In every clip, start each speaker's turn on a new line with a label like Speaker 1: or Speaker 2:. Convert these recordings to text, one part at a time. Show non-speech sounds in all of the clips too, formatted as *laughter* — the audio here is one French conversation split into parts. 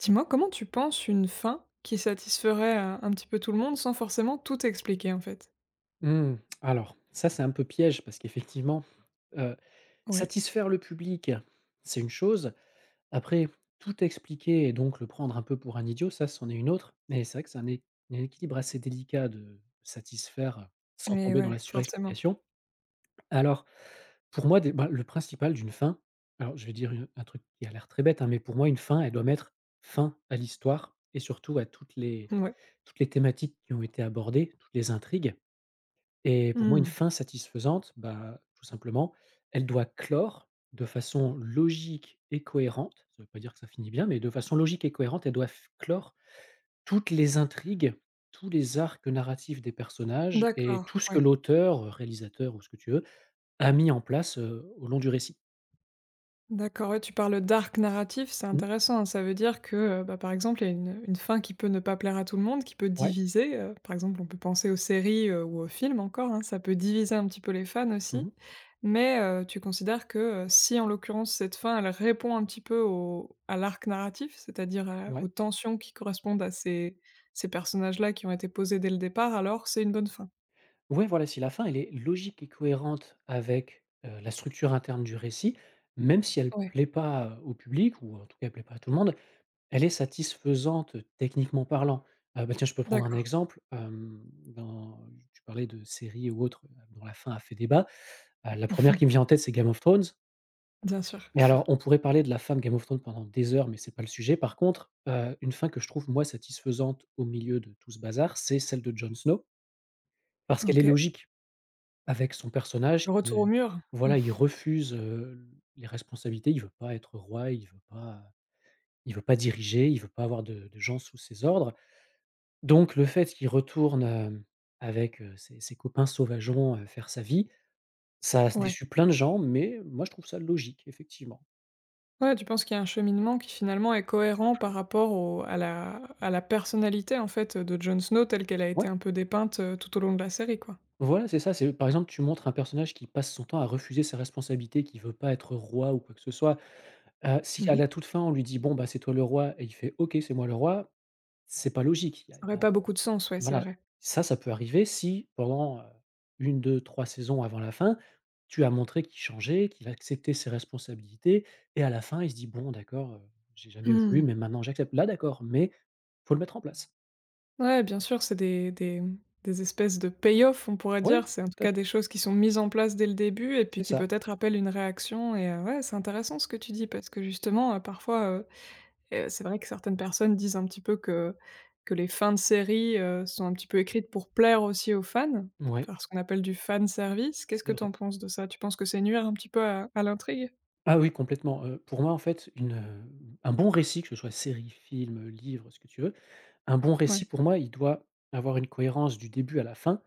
Speaker 1: Dis-moi, comment tu penses une fin qui satisferait, un petit peu tout le monde sans forcément tout expliquer, en fait?
Speaker 2: Mmh, alors ça, c'est un peu piège parce qu'effectivement, heu,
Speaker 1: Ouais,
Speaker 2: satisfaire le public, c'est une chose. Après, tout expliquer et donc le prendre un peu pour un idiot, ça, c'en est une autre. Mais c'est vrai que c'est un équilibre assez délicat de satisfaire sans
Speaker 1: mais
Speaker 2: tomber dans la
Speaker 1: ouais, forcément.
Speaker 2: surexplication. Alors, pour moi, dé bah, le principal d'une fin, alors je vais dire une un truc qui a l'air très bête, hein, mais pour moi, une fin, elle doit mettre fin à l'histoire et surtout à
Speaker 1: Ouais.
Speaker 2: toutes les thématiques qui ont été abordées, toutes les intrigues. Et pour moi, une
Speaker 1: Hmm.
Speaker 2: fin satisfaisante, bah, tout simplement, elle doit clore de façon logique et cohérente. Ça ne veut pas dire que ça finit bien, mais de façon logique et cohérente, elle doit f clore toutes les intrigues, tous les arcs narratifs des personnages et
Speaker 1: D'accord,
Speaker 2: tout ce que
Speaker 1: ouais.
Speaker 2: l'auteur, réalisateur ou ce que tu veux, a mis en place, au long du récit.
Speaker 1: D'accord, ouais, tu parles d'arc narratif, c'est
Speaker 2: Mmh.
Speaker 1: intéressant. Ça veut dire que, bah, par exemple, il y a une fin qui peut ne pas plaire à tout le monde, qui peut
Speaker 2: Ouais.
Speaker 1: diviser, par exemple, on peut penser aux séries, ou aux films encore, hein, ça peut diviser un petit peu les fans aussi.
Speaker 2: Mmh.
Speaker 1: Mais, tu considères que, si en l'occurrence cette fin, elle répond un petit peu au à l'arc narratif, c'est-à-dire à aux
Speaker 2: Ouais.
Speaker 1: tensions qui correspondent à ces personnages-là qui ont été posés dès le départ, alors c'est une bonne fin?
Speaker 2: Ouais, voilà, si la fin, elle est logique et cohérente avec, la structure interne du récit, même si elle
Speaker 1: Ouais,
Speaker 2: plaît pas, au public ou en tout cas, elle plaît pas à tout le monde, elle est satisfaisante, techniquement parlant. Bah, tiens, je peux prendre un
Speaker 1: d'accord.
Speaker 2: exemple, dans tu parlais de séries ou autres, dont la fin a fait débat. La première qui me vient en
Speaker 1: *laughs*
Speaker 2: tête, c'est Game of Thrones
Speaker 1: Bien sûr.
Speaker 2: et alors on pourrait parler de la fin de Game of Thrones pendant des heures, mais c'est pas le sujet. Par contre, une fin que je trouve, moi, satisfaisante au milieu de tout ce bazar, c'est celle de Jon Snow parce qu'elle est
Speaker 1: OK.
Speaker 2: logique avec son personnage
Speaker 1: Le
Speaker 2: qui
Speaker 1: retour
Speaker 2: ne
Speaker 1: au mur? Mmh.
Speaker 2: voilà, il refuse, les responsabilités, il veut pas être roi, il veut pas diriger, il veut pas avoir de gens sous ses ordres. Donc le fait qu'il retourne, avec, ses copains sauvageons, faire sa vie, ça a
Speaker 1: Ouais.
Speaker 2: déçu plein de gens, mais moi je trouve ça logique, effectivement.
Speaker 1: Ouais, tu penses qu'il y a un cheminement qui finalement est cohérent par rapport au à la personnalité en fait, de Jon Snow telle qu'elle a été
Speaker 2: Ouais,
Speaker 1: un peu dépeinte, tout au long de la série quoi.
Speaker 2: voilà, c'est ça, c'est par exemple, tu montres un personnage qui passe son temps à refuser ses responsabilités, qui veut pas être roi ou quoi que ce soit. Si à
Speaker 1: Mmh.
Speaker 2: la toute fin, on lui dit: «Bon, bah, c'est toi le roi» et il fait: «OK, c'est moi le roi», c'est pas logique.
Speaker 1: Ça aurait pas beaucoup de sens, ouais, c'est
Speaker 2: Voilà,
Speaker 1: vrai.
Speaker 2: ça peut arriver si pendant, 1-2-3 saisons avant la fin, tu as montré qu'il changeait, qu'il acceptait ses responsabilités et à la fin, il se dit: «Bon d'accord, j'ai jamais voulu,
Speaker 1: Mmh.
Speaker 2: mais maintenant j'accepte». Là d'accord, mais faut le mettre en place.
Speaker 1: Ouais, bien sûr, c'est des espèces de payoffs on pourrait
Speaker 2: Oui,
Speaker 1: dire. C'est en tout
Speaker 2: tout à
Speaker 1: cas des
Speaker 2: fait,
Speaker 1: choses qui sont mises en place dès le début et puis
Speaker 2: c'est
Speaker 1: qui
Speaker 2: ça.
Speaker 1: peut-être appellent une réaction et ouais, c'est intéressant ce que tu dis parce que justement, parfois. C'est vrai que certaines personnes disent un petit peu que les fins de série sont un petit peu écrites pour plaire aussi aux fans,
Speaker 2: Oui,
Speaker 1: faire ce qu'on appelle du fan service. Qu'est-ce
Speaker 2: c'est
Speaker 1: que tu
Speaker 2: vrai.
Speaker 1: en penses de ça? Tu penses que c'est nuire un petit peu à l'intrigue?
Speaker 2: Ah oui, complètement, pour moi, en fait, un bon récit, que ce soit série, film, livre, ce que tu veux, un bon récit
Speaker 1: Ouais,
Speaker 2: pour moi, il doit avoir une cohérence du début à la fin.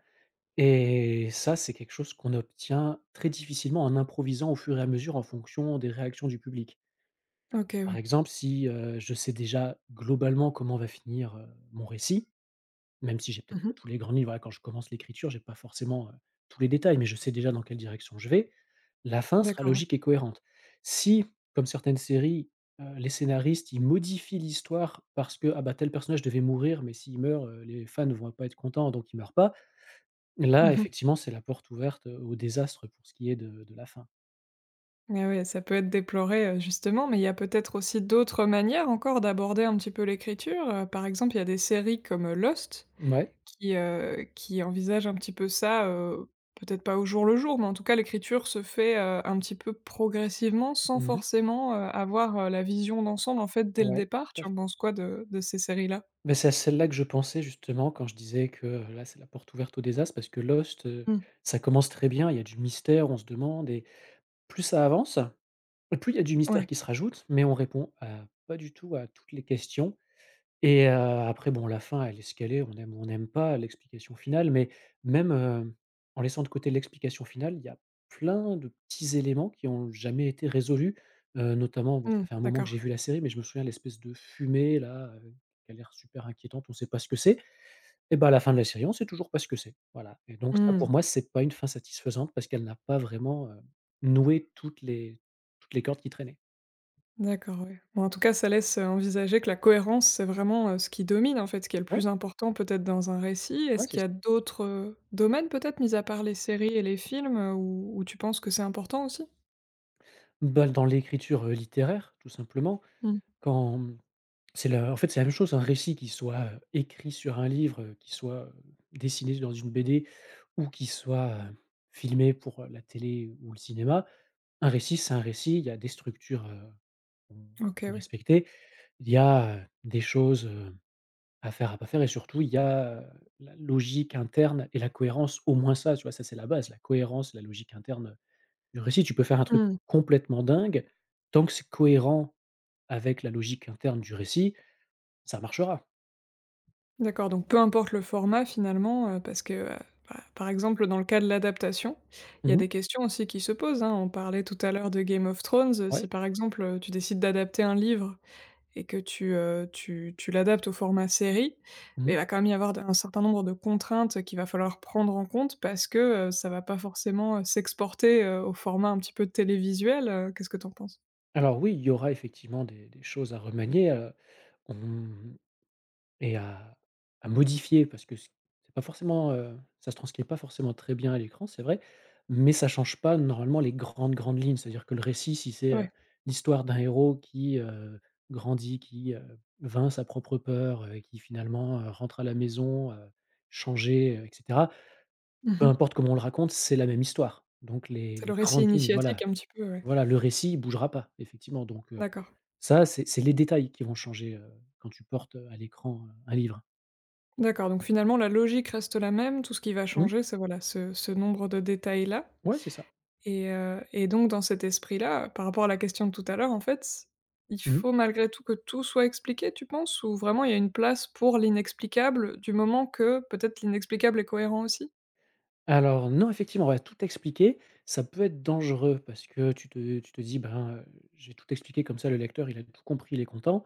Speaker 2: Et ça, c'est quelque chose qu'on obtient très difficilement en improvisant au fur et à mesure en fonction des réactions du public.
Speaker 1: OK,
Speaker 2: Par
Speaker 1: ouais.
Speaker 2: exemple, si, je sais déjà globalement comment va finir, mon récit, même si j'ai peut-être
Speaker 1: Mmh.
Speaker 2: pas tous les grands livres, voilà, quand je commence l'écriture, j'ai pas forcément, tous les détails, mais je sais déjà dans quelle direction je vais. La fin sera
Speaker 1: D'accord, ouais.
Speaker 2: logique et cohérente. Si, comme certaines séries, les scénaristes, ils modifient l'histoire parce que, ah bah, tel personnage devait mourir, mais s'il meurt, les fans ne vont pas être contents, donc il meurt pas. Là,
Speaker 1: Mmh.
Speaker 2: effectivement, c'est la porte ouverte, au désastre pour ce qui est de la fin.
Speaker 1: Mais ouais, ça peut être déploré, justement, mais il y a peut-être aussi d'autres manières encore d'aborder un petit peu l'écriture, par exemple, il y a des séries comme Lost,
Speaker 2: Ouais.
Speaker 1: qui, qui envisage un petit peu ça, peut-être pas au jour le jour, mais en tout cas l'écriture se fait, un petit peu progressivement sans
Speaker 2: Mmh.
Speaker 1: forcément, avoir, la vision d'ensemble en fait dès le
Speaker 2: Ouais,
Speaker 1: départ.
Speaker 2: tout à
Speaker 1: Tu
Speaker 2: fait.
Speaker 1: en penses quoi de ces séries-là?
Speaker 2: Bah, c'est à celle-là que je pensais justement quand je disais que, là, c'est la porte ouverte au désastre parce que Lost,
Speaker 1: Mmh.
Speaker 2: ça commence très bien, il y a du mystère, on se demande et plus ça avance, plus il y a du
Speaker 1: Ouais.
Speaker 2: mystère qui se rajoute, mais on répond à pas du tout à toutes les questions. Après bon, la fin, elle est ce qu'elle est, on aime ou on n'aime pas l'explication finale, mais même, en laissant de côté l'explication finale, il y a plein de petits éléments qui ont jamais été résolus, notamment bon,
Speaker 1: Mmh,
Speaker 2: ça fait un moment que j'ai
Speaker 1: d'accord.
Speaker 2: vu la série, mais je me souviens l'espèce de fumée là, qui a l'air super inquiétante, on ne sait pas ce que c'est. Et bah, à la fin de la série, on ne sait toujours pas ce que c'est, voilà. Et donc ça, pour
Speaker 1: Mmh.
Speaker 2: moi, c'est pas une fin satisfaisante parce qu'elle n'a pas vraiment, noué toutes les cordes qui traînaient.
Speaker 1: D'accord, ouais. Bon, en tout cas, ça laisse, envisager que la cohérence, c'est vraiment, ce qui domine en fait, ce qui est le
Speaker 2: Ouais,
Speaker 1: plus important peut-être dans un récit.
Speaker 2: ouais,
Speaker 1: Est-ce
Speaker 2: c'est
Speaker 1: qu'il y
Speaker 2: ça.
Speaker 1: a d'autres, domaines peut-être, mis à part les séries et les films, où où tu penses que c'est important aussi?
Speaker 2: Bah, dans l'écriture, littéraire, tout simplement,
Speaker 1: Mmh.
Speaker 2: quand C'est la en fait, c'est la même chose, un récit qui soit, écrit sur un livre, qui soit, dessiné dans une BD ou qui soit, filmé pour, la télé ou le cinéma. Un récit, c'est un récit, il y a des structures, qu'on qu'on
Speaker 1: OK,
Speaker 2: peut
Speaker 1: ouais.
Speaker 2: respecter. Il y a, des choses, à faire, à pas faire et surtout il y a, la logique interne et la cohérence, au moins ça, tu vois? Ça, c'est la base, la cohérence, la logique interne du récit. Tu peux faire un truc
Speaker 1: Mmh.
Speaker 2: complètement dingue, tant que c'est cohérent avec la logique interne du récit, ça marchera.
Speaker 1: D'accord, donc peu importe le format finalement, parce que, bah, par exemple, dans le cas de l'adaptation, il y a
Speaker 2: Mmh.
Speaker 1: des questions aussi qui se posent, hein. On parlait tout à l'heure de Game of Thrones, si
Speaker 2: Ouais.
Speaker 1: par exemple, tu décides d'adapter un livre et que tu, tu l'adaptes au format série,
Speaker 2: Mmh.
Speaker 1: il va quand même y avoir un certain nombre de contraintes qu'il va falloir prendre en compte parce que, ça va pas forcément, s'exporter, au format un petit peu télévisuel, qu'est-ce que tu en penses?
Speaker 2: Alors oui, il y aura effectivement des choses à remanier, on et à à modifier parce que c'est pas forcément, ça se transcrit pas forcément très bien à l'écran, c'est vrai, mais ça change pas normalement les grandes, grandes lignes. C'est-à-dire que le récit, si c'est,
Speaker 1: Ouais.
Speaker 2: l'histoire d'un héros qui, grandit, qui, vainc sa propre peur, et qui finalement, rentre à la maison, changé, et cetera. Peu
Speaker 1: Mmh.
Speaker 2: importe comment on le raconte, c'est la même histoire. Donc
Speaker 1: C'est le
Speaker 2: les
Speaker 1: récit
Speaker 2: grandes lignes,
Speaker 1: initiatique
Speaker 2: voilà.
Speaker 1: un petit peu, ouais.
Speaker 2: Voilà, le récit, il bougera pas, effectivement, donc
Speaker 1: D'accord.
Speaker 2: ça, c'est les détails qui vont changer, quand tu portes, à l'écran, un livre.
Speaker 1: D'accord, donc finalement la logique reste la même, tout ce qui va
Speaker 2: Mmh,
Speaker 1: changer, c'est voilà, ce nombre de détails-là,
Speaker 2: ouais, c'est ça.
Speaker 1: et donc dans cet esprit-là, par rapport à la question de tout à l'heure en fait, il
Speaker 2: Mmh.
Speaker 1: faut malgré tout que tout soit expliqué tu penses? Ou vraiment il y a une place pour l'inexplicable du moment que peut-être l'inexplicable est cohérent aussi?
Speaker 2: Alors non, effectivement, ouais, tout expliquer, ça peut être dangereux parce que tu te dis: «Ben, j'ai tout expliqué comme ça, le lecteur, il a tout compris, il est content».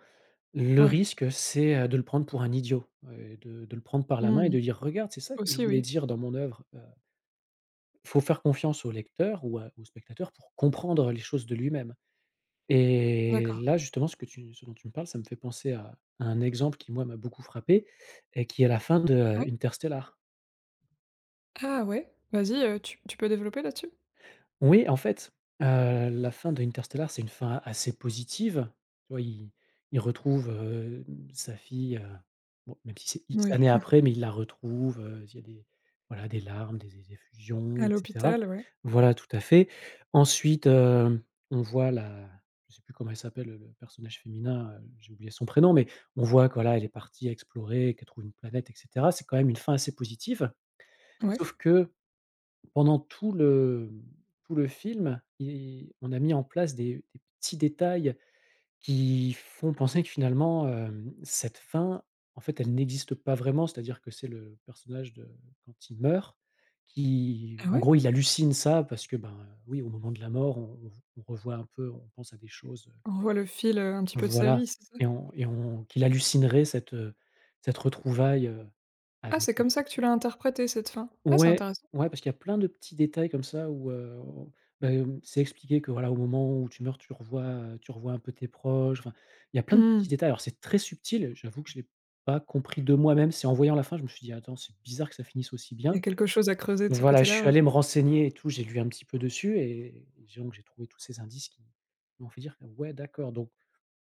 Speaker 2: Le
Speaker 1: Ouais.
Speaker 2: risque, c'est, de le prendre pour un idiot, et de le prendre par la main et
Speaker 1: Mmh.
Speaker 2: de dire: «Regarde, c'est ça que je
Speaker 1: Aussi
Speaker 2: voulais
Speaker 1: oui.
Speaker 2: dire dans mon œuvre». Faut faire confiance au lecteur ou à au spectateur pour comprendre les choses de lui-même. Et
Speaker 1: D'accord.
Speaker 2: là, justement, ce dont tu me parles, ça me fait penser à un exemple qui, moi, m'a beaucoup frappé et qui est la fin de,
Speaker 1: Ouais.
Speaker 2: Interstellar.
Speaker 1: Ah ouais? Vas-y, tu peux développer là-dessus?
Speaker 2: Oui, en fait, la fin de Interstellar, c'est une fin assez positive. Tu vois, il retrouve, sa fille, bon, même si c'est X
Speaker 1: Oui.
Speaker 2: années
Speaker 1: *laughs*
Speaker 2: après, mais il la retrouve, il y a des voilà, des larmes, des effusions
Speaker 1: À
Speaker 2: et cetera.
Speaker 1: l'hôpital, ouais.
Speaker 2: Voilà, tout à fait. Ensuite, on voit la je sais plus comment elle s'appelle, le personnage féminin, j'ai oublié son prénom, mais on voit qu'elle est partie explorer, qu'elle trouve une planète et cetera. C'est quand même une fin assez positive.
Speaker 1: Ouais.
Speaker 2: Sauf que pendant tout le film, i on a mis en place des petits détails qui font penser que finalement, cette fin, en fait, elle n'existe pas vraiment. C'est-à-dire que c'est le personnage de quand il meurt, qui
Speaker 1: Ah
Speaker 2: en
Speaker 1: ouais?
Speaker 2: gros, il hallucine ça parce que, ben, oui, au moment de la mort, on revoit un peu, on pense à des choses, heu.
Speaker 1: On voit le fil, un petit
Speaker 2: Mmh.
Speaker 1: peu de sa
Speaker 2: Voilà,
Speaker 1: vie, c'est ça?
Speaker 2: et on qu'il hallucinerait cette, cette retrouvaille,
Speaker 1: Ah,
Speaker 2: avec.
Speaker 1: c'est comme ça que tu l'as interprété cette fin? Ah, c'est
Speaker 2: Ouais,
Speaker 1: intéressant.
Speaker 2: ouais, parce qu'il y a plein de petits détails comme ça où, bah, c'est expliqué que voilà, au moment où tu meurs, tu revois un peu tes proches, enfin, il y a plein de petits
Speaker 1: Mmh.
Speaker 2: détails. Alors c'est très subtil, j'avoue que je l'ai pas compris de moi-même. C'est en voyant la fin, je me suis dit: «Attends, c'est bizarre que ça finisse aussi
Speaker 1: Il y a
Speaker 2: bien».
Speaker 1: quelque chose à creuser de
Speaker 2: Donc
Speaker 1: ce
Speaker 2: voilà, je
Speaker 1: côté-là,
Speaker 2: suis
Speaker 1: ouais.
Speaker 2: allé me renseigner et tout, j'ai lu un petit peu dessus et j'ai donc j'ai trouvé tous ces indices qui m'ont fait dire que: «Ouais, d'accord». Donc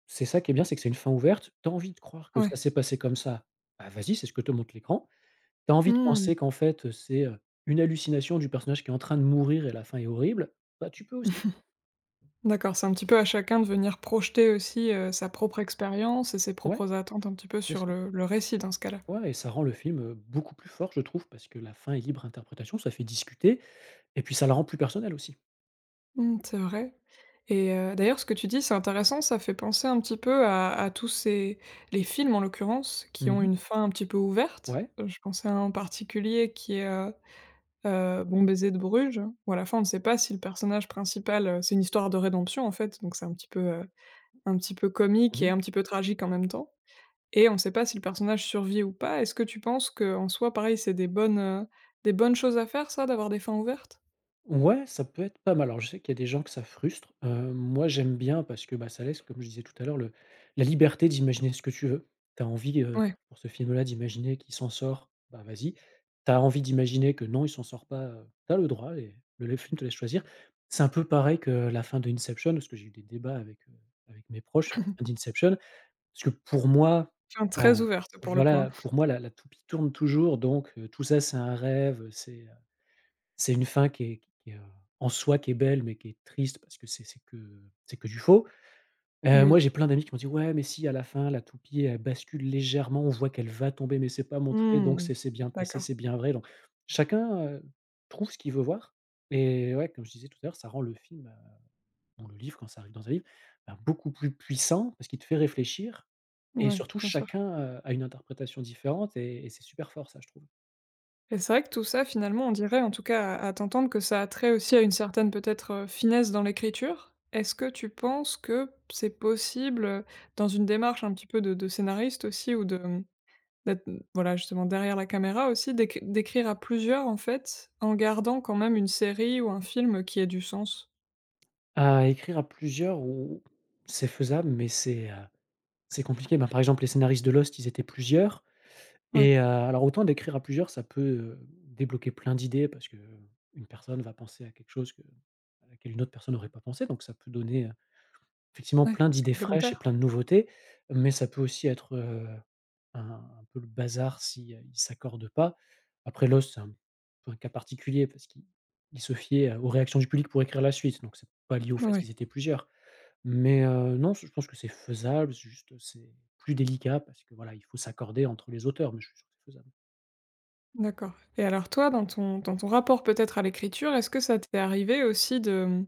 Speaker 2: c'est ça qui est bien, c'est que c'est une fin ouverte. T'as envie de croire que
Speaker 1: Ouais.
Speaker 2: ça s'est passé comme ça, bah, vas-y, c'est ce que te montre l'écran. Tu as envie de
Speaker 1: Mmh.
Speaker 2: penser qu'en fait, c'est, une hallucination du personnage qui est en train de mourir et la fin est horrible, bah, tu peux aussi.
Speaker 1: *laughs* D'accord, c'est un petit peu à chacun de venir projeter aussi, sa propre expérience et ses
Speaker 2: Ouais,
Speaker 1: propres attentes un petit peu
Speaker 2: c'est
Speaker 1: sur
Speaker 2: ça.
Speaker 1: le récit dans ce cas-là.
Speaker 2: Ouais et ça rend le film, beaucoup plus fort, je trouve, parce que la fin est libre interprétation, ça fait discuter et puis ça la rend plus personnelle aussi.
Speaker 1: Mmh, c'est vrai et d'ailleurs ce que tu dis c'est intéressant, ça fait penser un petit peu à tous ces les films en l'occurrence qui ont
Speaker 2: Mmh.
Speaker 1: une fin un petit peu ouverte.
Speaker 2: Ouais.
Speaker 1: Je pensais à un en particulier qui est, Bon baiser de Bruges, où à la fin, on ne sait pas si le personnage principal, c'est une histoire de rédemption, en fait, donc c'est un petit peu comique et
Speaker 2: Mmh.
Speaker 1: un petit peu tragique en même temps et on ne sait pas si le personnage survit ou pas. Est-ce que tu penses que, en soi, pareil, c'est des bonnes choses à faire ça, d'avoir des fins ouvertes?
Speaker 2: Ouais, ça peut être pas mal. Alors je sais qu'il y a des gens que ça frustre. Moi j'aime bien parce que, bah, ça laisse, comme je disais tout à l'heure, le la liberté d'imaginer ce que tu veux. T'as envie,
Speaker 1: Ouais,
Speaker 2: pour ce film-là, d'imaginer qu'il s'en sort, bah, vas-y. T'as envie d'imaginer que non, il s'en sort pas, tu le droit et le film te laisse choisir. C'est un peu pareil que la fin de Inception, parce que j'ai eu des débats avec, avec mes proches sur la fin
Speaker 1: *laughs*
Speaker 2: d'Inception. Parce que pour moi,
Speaker 1: enfin
Speaker 2: heu,
Speaker 1: très ouvertes pour le coup.
Speaker 2: voilà, pour moi la toupie tourne toujours, donc tout ça c'est un rêve, c'est une fin qui est qui est en soi qui est belle, mais qui est triste parce que c'est que du faux.
Speaker 1: Et
Speaker 2: Moi,
Speaker 1: oui.
Speaker 2: j'ai plein d'amis qui m'ont dit: «Ouais, mais si à la fin, la toupie, elle bascule légèrement, on voit qu'elle va tomber, mais c'est pas montré, donc
Speaker 1: Mmh.
Speaker 2: c'est bien passé,
Speaker 1: D'accord.
Speaker 2: c'est bien vrai». Donc chacun, trouve ce qu'il veut voir et ouais, comme je disais tout à l'heure, ça rend le film, ou le livre quand ça arrive dans un livre, bah, beaucoup plus puissant parce qu'il te fait réfléchir et
Speaker 1: Ouais,
Speaker 2: surtout
Speaker 1: bien sûr.
Speaker 2: chacun, a une interprétation différente et c'est super fort ça, je trouve.
Speaker 1: Et c'est vrai que tout ça, finalement, on dirait, en tout cas à t'entendre, que ça a trait aussi à une certaine peut-être, finesse dans l'écriture. Est-ce que tu penses que c'est possible, dans une démarche un petit peu de scénariste aussi ou de, mmh, d'être, voilà, justement derrière la caméra aussi, d'écrire à plusieurs, en fait, en gardant quand même une série ou un film qui ait du sens?
Speaker 2: À écrire à plusieurs, ou c'est faisable, mais c'est compliqué. Ben, par exemple, les scénaristes de Lost, ils étaient plusieurs
Speaker 1: Ouais,
Speaker 2: et alors autant d'écrire à plusieurs, ça peut, débloquer plein d'idées parce qu'une personne va penser à quelque chose que à laquelle une autre personne aurait pas pensé, donc ça peut donner, effectivement
Speaker 1: ouais,
Speaker 2: plein
Speaker 1: c'est
Speaker 2: d'idées fraîches et
Speaker 1: complémentaire?
Speaker 2: plein de nouveautés, mais ça peut aussi être, un un peu le bazar si, ils s'accordent pas. Après Lost, c'est un peu un cas particulier parce qu'ils se fiaient, aux réactions du public pour écrire la suite, donc c'est pas lié au fait
Speaker 1: Ouais,
Speaker 2: qu'ils étaient plusieurs. Mais non, je pense que c'est faisable, c'est juste, c'est plus délicat parce que voilà, il faut s'accorder entre les auteurs, mais je suis sûr que c'est faisable.
Speaker 1: d'accord. Et alors toi, dans ton rapport peut-être à l'écriture, est-ce que ça t'est arrivé aussi de, mmh,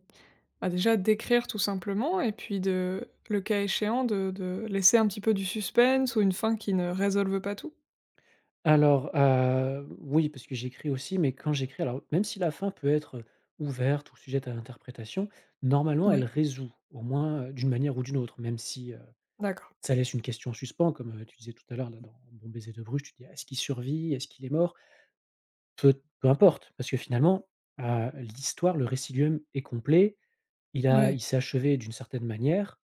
Speaker 1: bah, déjà d'écrire tout simplement et puis de le cas échéant de laisser un petit peu du suspense ou une fin qui ne résolve pas tout?
Speaker 2: Alors, oui, parce que j'écris aussi, mais quand j'écris, alors même si la fin peut être ouverte ou sujette à interprétation, normalement
Speaker 1: Oui.
Speaker 2: elle résout au moins, d'une manière ou d'une autre, même si,
Speaker 1: D'accord.
Speaker 2: ça laisse une question en suspens comme, tu disais tout à l'heure là dans Bon baiser de Bruges, tu dis: «Ah, «Est-ce qu'il survit? Est-ce qu'il est mort?» Peu importe, parce que finalement, l'histoire, le récit lui-même est complet,
Speaker 1: Oui.
Speaker 2: il s'est achevé d'une certaine manière.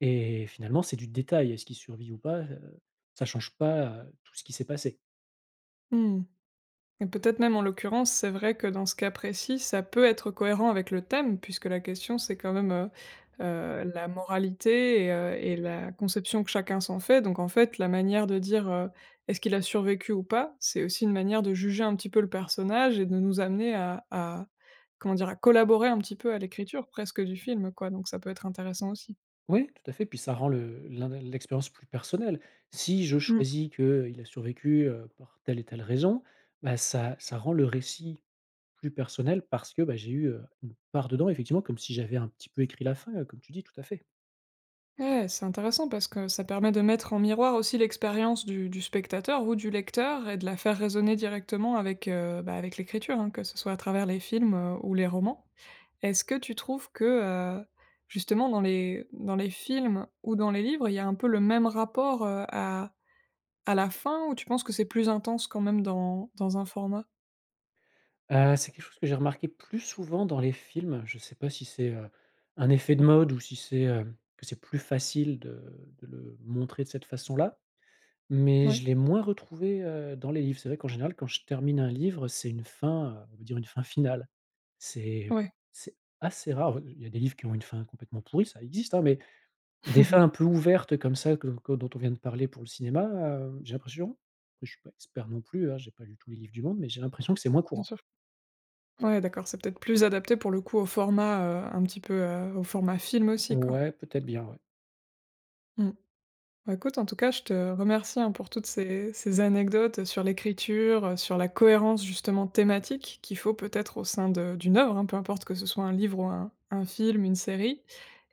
Speaker 2: Et finalement, c'est du détail. Est-ce qu'il survit ou pas? Ça change pas, tout ce qui s'est passé.
Speaker 1: Et peut-être même en l'occurrence, c'est vrai que dans ce cas précis, ça peut être cohérent avec le thème, puisque la question, c'est quand même, la moralité et la conception que chacun s'en fait. Donc en fait, la manière de dire, «Est-ce qu'il a survécu ou pas?» c'est aussi une manière de juger un petit peu le personnage et de nous amener à comment dire? À collaborer un petit peu à l'écriture presque du film, quoi. Donc ça peut être intéressant aussi.
Speaker 2: Oui, tout à fait. Puis ça rend le l'in l'expérience plus personnelle. Si je choisis qu'il a survécu, par telle et telle raison, bah, ça rend le récit plus personnel parce que, bah, j'ai eu, une part dedans, effectivement, comme si j'avais un petit peu écrit la fin, comme tu dis, tout à fait.
Speaker 1: Ouais, c'est intéressant parce que ça permet de mettre en miroir aussi l'expérience du spectateur ou du lecteur et de la faire résonner directement avec, bah, avec l'écriture, hein, que ce soit à travers les films ou les romans. Est-ce que tu trouves que justement dans les films ou dans les livres, il y a un peu le même rapport à la fin ou tu penses que c'est plus intense quand même dans un format?
Speaker 2: C'est quelque chose que j'ai remarqué plus souvent dans les films. Je ne sais pas si c'est, un effet de mode ou si c'est, que c'est plus facile de le montrer de cette façon-là. Mais
Speaker 1: Ouais,
Speaker 2: je l'ai moins retrouvé, dans les livres. C'est vrai qu'en général, quand je termine un livre, c'est une fin, on va dire une fin finale. C'est
Speaker 1: ouais,
Speaker 2: c'est assez rare, il y a des livres qui ont une fin complètement pourrie, ça existe, hein, mais des fins un
Speaker 1: *laughs*
Speaker 2: peu ouvertes comme ça que dont on vient de parler pour le cinéma, j'ai l'impression, je suis pas expert non plus, hein, j'ai pas lu tous les livres du monde, mais j'ai l'impression que c'est moins
Speaker 1: bien
Speaker 2: courant.
Speaker 1: sûr. Ouais, d'accord, c'est peut-être plus adapté pour le coup au format un petit peu au format film aussi, quoi.
Speaker 2: Ouais, peut-être bien, ouais.
Speaker 1: Mm. Bah, écoute, en tout cas, je te remercie, hein, pour toutes ces anecdotes sur l'écriture, sur la cohérence justement thématique qu'il faut peut-être au sein de d'une œuvre, hein, peu importe que ce soit un livre ou un film, une série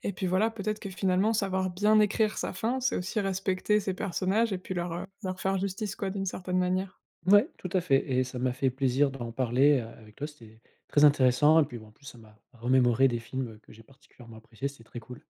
Speaker 1: et puis voilà, peut-être que finalement savoir bien écrire sa fin, c'est aussi respecter ses personnages et puis leur, leur faire justice quoi, d'une certaine manière.
Speaker 2: Ouais, tout à fait et ça m'a fait plaisir d'en parler, avec toi, c'était très intéressant et puis, bon, en plus, ça m'a remémoré des films, que j'ai particulièrement appréciés, c'était très cool.